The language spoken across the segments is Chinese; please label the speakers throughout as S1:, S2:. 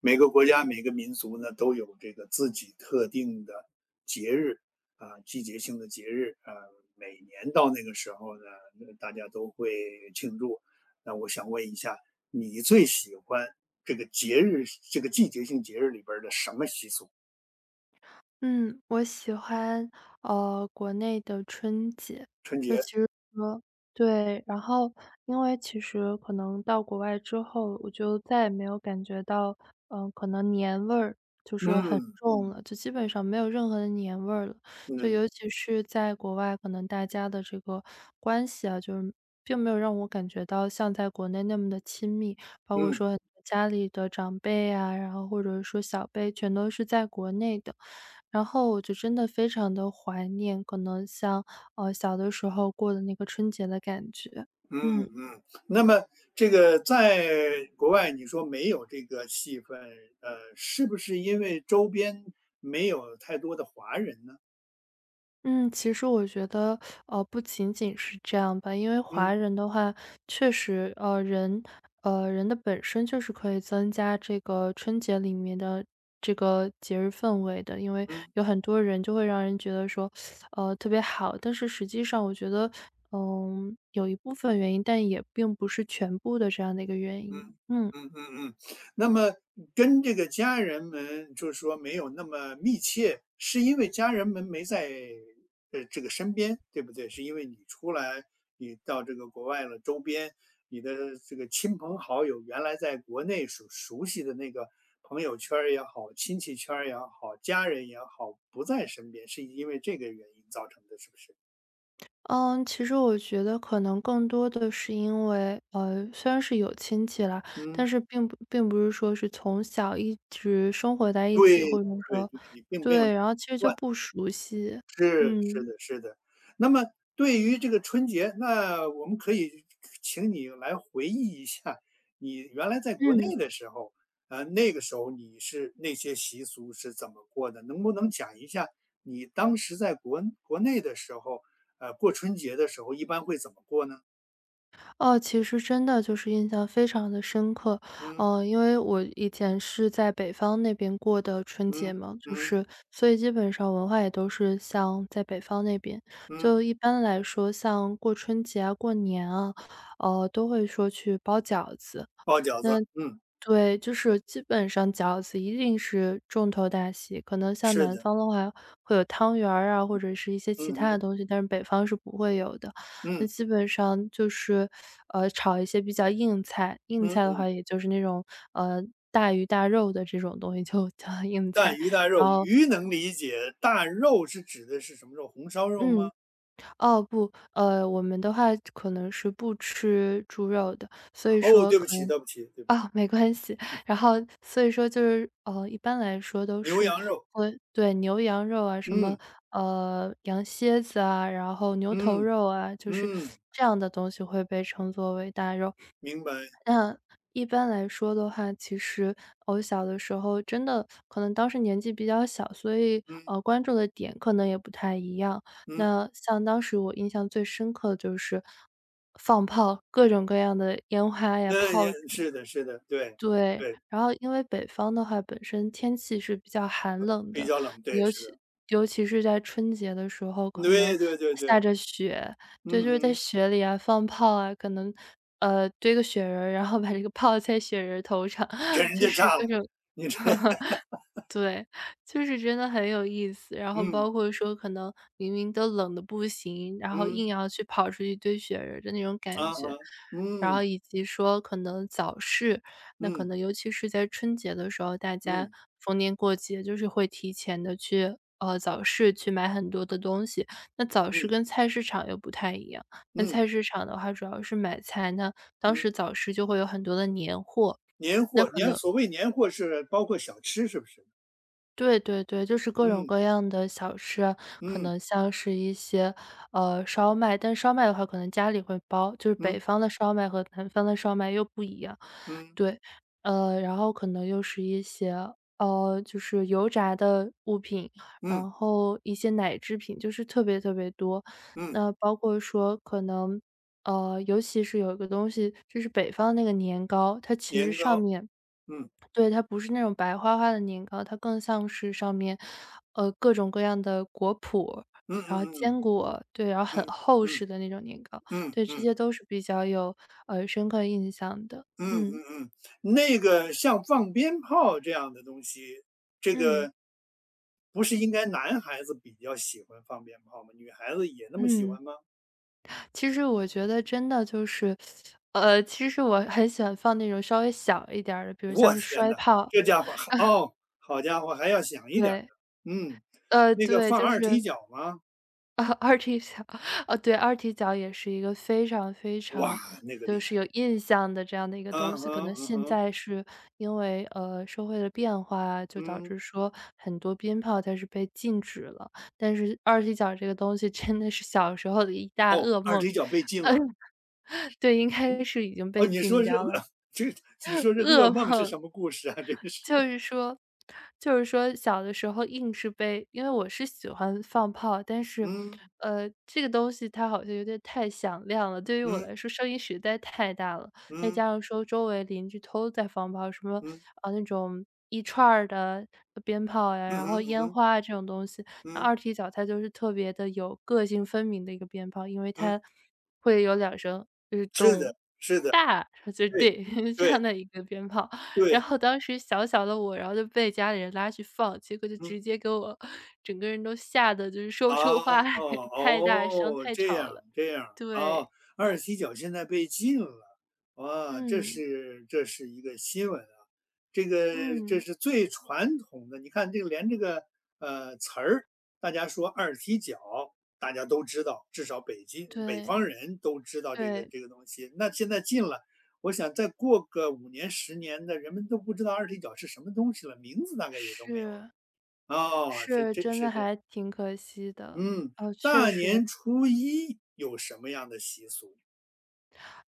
S1: 每个国家、每个民族呢，都有这个自己特定的节日啊，季节性的节日啊。每年到那个时候呢，大家都会庆祝。那我想问一下，你最喜欢这个节日、这个季节性节日里边的什么习俗？
S2: 嗯，我喜欢，国内的春节。
S1: 春
S2: 就
S1: 节。
S2: 其实说对，然后因为其实可能到国外之后，我就再也没有感觉到，嗯可能年味儿就是很
S1: 嗯
S2: 重嗯了，就基本上没有任何的年味儿了。就
S1: 嗯
S2: 尤其是在国外，可能大家的这个关系啊，就是并没有让我感觉到像在国内那么的亲密，包括
S1: 嗯
S2: 说很多家里的长辈啊，然后或者说小辈全都是在国内的。然后我就真的非常的怀念，可能像，小的时候过的那个春节的感觉。
S1: 嗯
S2: 嗯，
S1: 嗯。那么这个在国外，你说没有这个戏份，是不是因为周边没有太多的华人呢？
S2: 嗯，其实我觉得，不仅仅是这样吧，因为
S1: 嗯
S2: 华人的话，确实，人人的本身就是可以增加这个春节里面的这个节日氛围的。因为
S1: 嗯
S2: 有很多人就会让人觉得说，特别好，但是实际上我觉得，嗯，有一部分原因，但也并不是全部的这样的一个原因，
S1: 嗯
S2: 嗯。
S1: 嗯嗯嗯。那么跟这个家人们就是说没有那么密切，是因为家人们没在这个身边，对不对？是因为你出来，你到这个国外了，周边你的这个亲朋好友，原来在国内所熟悉的那个朋友圈儿也好，亲戚圈儿也好，家人也好，不在身边，是因为这个原因造成的，是不是？
S2: 嗯，其实我觉得可能更多的是因为，虽然是有亲戚啦，
S1: 嗯，
S2: 但是并不是说是从小一直生活在一
S1: 对
S2: 起，或者
S1: 对
S2: 说
S1: 对，你并没有那么
S2: 对，然后其
S1: 习
S2: 实就
S1: 惯。
S2: 不熟悉。
S1: 是，是
S2: 嗯，
S1: 的，是的。那么对于这个春节，那我们可以请你来回忆一下，你原来在国
S2: 嗯。
S1: 内的时候，那个时候你是那些习俗是怎么过的？能不能讲一下你当时在国内的时候，过春节的时候一般会怎么过呢？
S2: 哦，其实真的就是印象非常的深刻。
S1: 嗯
S2: 因为我以前是在北方那边过的春节
S1: 嗯
S2: 嘛，就
S1: 嗯
S2: 是所以基本上文化也都是像在北方那边。就
S1: 嗯，
S2: 一般来说，像过春节啊、过年啊，都会说去包饺子。
S1: 包饺子，
S2: 那
S1: 嗯，
S2: 对，就是基本上饺子一定是重头大戏，可能像
S1: 是
S2: 南
S1: 的，
S2: 方的话会有汤圆儿啊，或者是一些其
S1: 嗯
S2: 他的
S1: 哼，
S2: 东西，但是北方是不会有的。那
S1: 嗯
S2: 基本上就是，炒一些比较硬菜，硬
S1: 嗯
S2: 菜的话
S1: 嗯，
S2: 也就是那种，呃，大鱼大肉的这种东西就 叫硬
S1: 大
S2: 菜。
S1: 鱼大
S2: 然
S1: 肉，
S2: 后
S1: 鱼能理解，大肉是指的是什么肉？红烧肉吗？
S2: 嗯，哦，不，我们的话可能是不吃猪肉的，所以
S1: 哦，
S2: 说
S1: 对不
S2: 可
S1: 起，
S2: 能
S1: 对不起，对不起，
S2: 啊，没关系。然后所以说就是，一般来说都
S1: 牛
S2: 是
S1: 羊肉，
S2: 会对，牛羊肉啊，什么，
S1: 嗯
S2: 羊蝎子啊，然后牛头
S1: 嗯
S2: 肉啊，就是
S1: 嗯，
S2: 这样的东西会被称作为大肉。
S1: 明白，
S2: 那一般来说的话，其实我小的时候真的可能当时年纪比较小，所以，
S1: 嗯
S2: 关注的点可能也不太一样。
S1: 嗯，
S2: 那像当时我印象最深刻的就是放炮，各种各样的烟花呀、
S1: 那也
S2: 炮竹
S1: 是的，是的，对
S2: 对，
S1: 对，
S2: 然后因为北方的话，本身天气是比较寒冷
S1: 比
S2: 的，
S1: 较冷，对，
S2: 尤
S1: 是
S2: 其
S1: 的，
S2: 尤其是在春节的时候，可能
S1: 对对对对，
S2: 下着雪，对，
S1: 嗯
S2: 就是在
S1: 哼，
S2: 雪里啊放炮啊，可能堆个雪人儿，然后把这个 炮在雪人儿头上，
S1: 给 人
S2: 就
S1: 家
S2: 是
S1: 炸
S2: 各
S1: 了，
S2: 种
S1: 你这，
S2: 对，就是真的很有意思。然后
S1: 嗯
S2: 包括说，可能明明都冷的不行，然后
S1: 嗯，
S2: 硬要去跑出去堆雪人儿的那种感
S1: 啊
S2: 觉。
S1: 哈，
S2: 然后
S1: 嗯
S2: 以及说可能早市，那可
S1: 嗯
S2: 能尤其是在春节的时候，大家
S1: 嗯
S2: 逢年过节就是会提前的去，早市去买很多的东西。那早市
S1: 嗯
S2: 跟菜市场又不太一样，那
S1: 嗯
S2: 菜市场的话主要是买菜，那当
S1: 嗯，
S2: 时早市就会有很多的年货，
S1: 年
S2: 那
S1: 货，
S2: 可能
S1: 所谓年货是包括小吃是不是？
S2: 对对对，就是各种
S1: 嗯
S2: 各样的小吃啊可
S1: 嗯
S2: 能像是一些，烧麦，但烧麦的话可能家里会包，就是北
S1: 嗯
S2: 方的烧麦和南方的烧麦又不一样，
S1: 嗯嗯
S2: 对。然后可能又是一些，就是油炸的物品，
S1: 嗯，
S2: 然后一些奶制品，就是特别特别多。
S1: 嗯，
S2: 那包括说可能尤其是有一个东西，就是北方那个年糕，它其实
S1: 年
S2: 上
S1: 糕，
S2: 面
S1: 嗯
S2: 对，它不是那种白花花的年糕，它更像是上面，各种各样的果脯，
S1: 嗯
S2: 然后
S1: 嗯嗯
S2: 坚果，对，然后很
S1: 嗯
S2: 厚
S1: 嗯
S2: 实的那种年糕，
S1: 嗯
S2: 对，这
S1: 嗯。
S2: 些都是比较有，深刻印象的。
S1: 嗯
S2: 嗯，
S1: 嗯嗯，那个像放鞭炮这样的东西，这
S2: 嗯，
S1: 个不是应该男孩子比较喜欢放鞭炮吗？女孩子也那么喜
S2: 嗯，
S1: 欢吗？
S2: 其实我觉得真的就是，其实我很喜欢放那种稍微小一点儿的，比如像
S1: 我
S2: 是
S1: 天
S2: 摔
S1: 呐，
S2: 炮，
S1: 这家伙，哦，好家伙，还要响一点儿
S2: 对，
S1: 的。嗯，那个
S2: 对，
S1: 放
S2: 就
S1: 二踢
S2: 是
S1: 脚吗？
S2: 啊，二踢脚，哦，对，二踢脚也是一个非常非
S1: 哇，
S2: 常
S1: 那个
S2: 就
S1: 厉
S2: 是有
S1: 害。
S2: 印象的这样的一个
S1: 嗯
S2: 东西。可
S1: 哼，
S2: 能
S1: 嗯
S2: 现
S1: 哼，
S2: 在是因为，社会的变化啊，就导
S1: 嗯，
S2: 致说很多鞭炮它是被禁止了，但是二踢脚这个东西真的是小时候的一大
S1: 哦，
S2: 噩
S1: 二
S2: 梦。
S1: 踢脚被禁了。
S2: 嗯，对，应该
S1: 嗯，
S2: 是已经
S1: 哦，
S2: 被
S1: 你
S2: 禁
S1: 说是
S2: 掉了，
S1: 噩，这你说这噩
S2: 噩
S1: 梦是
S2: 梦。
S1: 什么故事啊？真是。
S2: 就是说就是说小的时候硬是被因为我是喜欢放炮，但是，
S1: 嗯
S2: 这个东西它好像有点太响亮了，对于我
S1: 嗯
S2: 来说声音实在太大了。再
S1: 嗯
S2: 加上说周围邻居都在放炮，什么，
S1: 嗯
S2: 啊，那种一串儿的鞭炮呀，
S1: 嗯
S2: 然后
S1: 哼嗯
S2: 烟
S1: 哼
S2: 花啊这种东西。那
S1: 嗯
S2: 二踢脚它就是特别的有个性分明的一个鞭炮，因为
S1: 嗯。
S2: 它会有两声，就是
S1: 是的，
S2: 咚。
S1: 是的，
S2: 大，就是
S1: 对，
S2: 对，这样
S1: 对，
S2: 的一个鞭炮。然
S1: 对，
S2: 后当时小小的我，然后就被家里人拉去放，结果就
S1: 嗯。
S2: 直接给我整个人都吓得就是说不出
S1: 哦，
S2: 话来，
S1: 哦，
S2: 太大声，
S1: 哦，
S2: 太
S1: 这
S2: 吵
S1: 样
S2: 了。
S1: 这样，哦，
S2: 对，
S1: 二踢脚现在被禁了，哇，这
S2: 嗯，
S1: 是这是一个新闻啊。这个这
S2: 嗯，
S1: 是最传统的，你看连这个词儿。大家说二踢脚，大家都知道，至少北京北方
S2: 对，
S1: 人都知道这个
S2: 对，
S1: 这个东西，那现在禁了。我想再过个5年10年的，人们都不知道二踢脚是什么东西了，名字大概也都没有了。
S2: 是，
S1: 哦，是，
S2: 是，
S1: 这
S2: 真
S1: 是
S2: 的
S1: 这样。
S2: 还挺可惜的。
S1: 嗯，
S2: 哦，确
S1: 大
S2: 实，
S1: 年初一有什么样的习俗？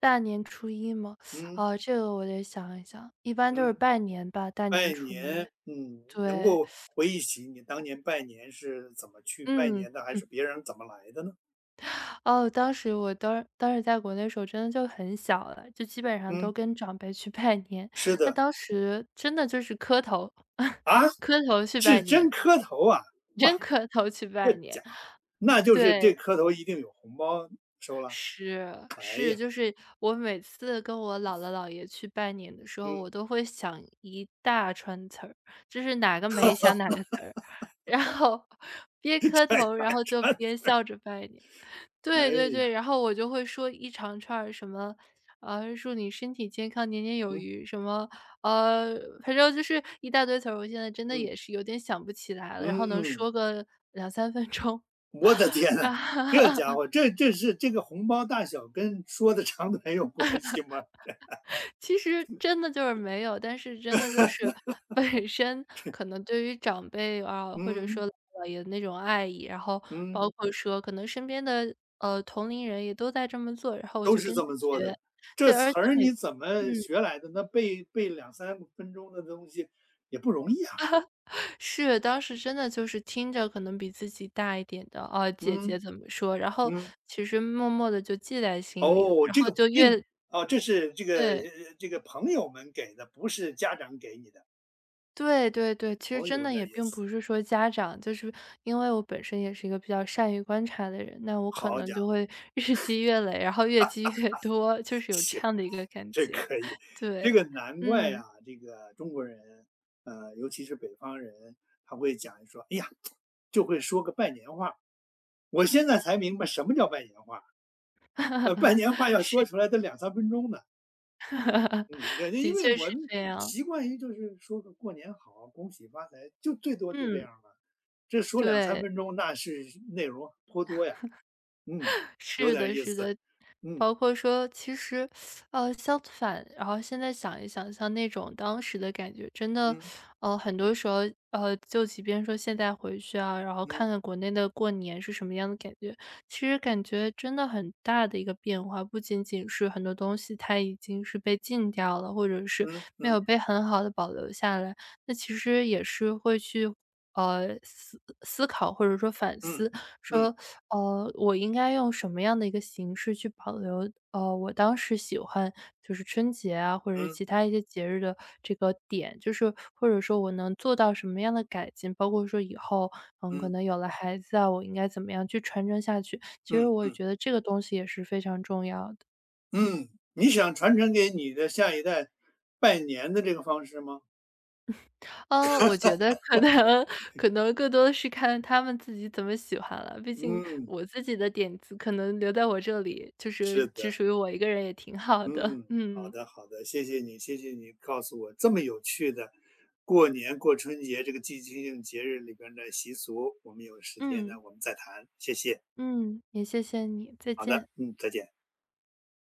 S2: 大年初一嘛，
S1: 嗯
S2: 哦，这个我得想一想，一般都是
S1: 嗯，
S2: 拜年吧，大年
S1: 拜
S2: 初一。
S1: 年，嗯，能
S2: 对，
S1: 够回忆起你当年拜年是怎么去拜
S2: 嗯。
S1: 年的，还是别人怎么来的呢？
S2: 哦，当时我当时在国内时候真的就很小了，就基本上
S1: 嗯，
S2: 都跟长辈去拜年。
S1: 是
S2: 那
S1: 的
S2: 当时真的就是磕头，
S1: 啊，
S2: 磕头去
S1: 是
S2: 拜年，
S1: 真磕头啊，哇，
S2: 真磕头去
S1: 这
S2: 拜年。
S1: 家伙，那就是
S2: 对，
S1: 这磕头一定有红包收了。
S2: 是是，就是我每次跟我姥姥姥爷去拜年的时候，
S1: 嗯，
S2: 我都会想一大串词儿，就是哪个没想哪个词儿，然后边磕
S1: 哎
S2: 头，然后就
S1: 呀，
S2: 边笑着拜年。
S1: 哎
S2: 对对
S1: 呀，
S2: 对，然后我就会说一长串儿什么，祝你身体健康，年年有
S1: 嗯
S2: 余，什么，呃，反正就是一大堆词儿，我现在真的也
S1: 嗯
S2: 是有点想不起来了，然后能
S1: 嗯，
S2: 说个两三分钟。
S1: 我的天呐，这家 伙，这是这个红包大小跟说的长短有关系吗？
S2: 其实真的就是没有，但是真的就是本身可能对于长辈啊，或者
S1: 嗯，
S2: 说姥爷那种爱意，然后
S1: 嗯，
S2: 包括说可能身边的，同龄人也都在这么做，然后我
S1: 都
S2: 就
S1: 是
S2: 跟着
S1: 这么做
S2: 学。
S1: 的。这
S2: 对，
S1: 词
S2: 而且
S1: 儿
S2: 每
S1: 你怎么
S2: 嗯。
S1: 学来的？那背背两三分钟的东西也不容易啊。
S2: 是，当时真的就是听着可能比自己大一点的，哦，姐姐
S1: 嗯，
S2: 怎么说，然后
S1: 嗯，
S2: 其实默默的就记在心里了，
S1: 哦，
S2: 然
S1: 这个
S2: 后就
S1: 并
S2: 越
S1: 哦，这是这个
S2: 对，
S1: 呃这个朋友们给的，不是家长给你的。
S2: 对对对，其实
S1: 哦，
S2: 真
S1: 有
S2: 的
S1: 点
S2: 也
S1: 意
S2: 并
S1: 思，
S2: 不是说家长就是因为我本身也是一个比较善于观察的人，那我可
S1: 好
S2: 能
S1: 家
S2: 就
S1: 伙，
S2: 会日积月累，然后越积越多，就是有这
S1: 行，
S2: 样的一个感
S1: 这
S2: 觉，
S1: 可以，这
S2: 对，
S1: 个难怪
S2: 嗯，
S1: 啊，这个中国人，尤其是北方人，他会讲说，哎呀，就会说个拜年话。我现在才明白什么叫拜年话。拜 年话要说出来得两三分钟呢。嗯，感觉因
S2: 的
S1: 为
S2: 确
S1: 我
S2: 是
S1: 们
S2: 这样，
S1: 习惯于就是说个过年好，恭喜发财，就最多就这
S2: 嗯，
S1: 样了。这说两三
S2: 对。
S1: 分钟，那是内容颇多呀。嗯，有
S2: 是
S1: 点
S2: 的，
S1: 意
S2: 是
S1: 思。
S2: 的，
S1: 嗯
S2: 包括说其实，相反，然后现在想一想，像那种当时的感觉，真的，
S1: 嗯
S2: 很多时候，就即便说现在回去啊，然后
S1: 嗯
S2: 看看国内的过年是什么样的感觉，其实感觉真的很大的一个变化，不仅仅是很多东西它已经是被禁掉了，或者是
S1: 嗯
S2: 没
S1: 嗯
S2: 有被很好的保留下来，那其实也是会去。呃，思思考或者说反
S1: 嗯
S2: 思，
S1: 嗯
S2: 说我应该用什么样的一个形式去保留，我当时喜欢就是春节啊，或者是
S1: 嗯
S2: 其他一些节日的这个点，就是或者说我能做到什么样的改进，包括说以后，嗯，可能
S1: 嗯
S2: 有了孩子啊，我应该怎么样去传承下去。其实
S1: 嗯
S2: 我
S1: 嗯
S2: 觉得这个东西也是非常重要的。
S1: 嗯，你想传承给你的下一代拜年的这个方式吗？
S2: 我觉得可能更多的是看他们自己怎么喜欢了，毕竟
S1: 嗯，
S2: 我自己的点子可能留在我这里，就
S1: 是
S2: 是只
S1: 的。
S2: 属于我一个人也挺好的，
S1: 嗯，好
S2: 嗯。
S1: 的好的，谢谢你，谢谢你告诉我这么有趣的过年过春节这个季节性节日里边的习俗，我们有时间呢，
S2: 嗯，
S1: 我们再谈，谢谢。
S2: 嗯，也谢谢你，再
S1: 好的，
S2: 见。
S1: 嗯，再见。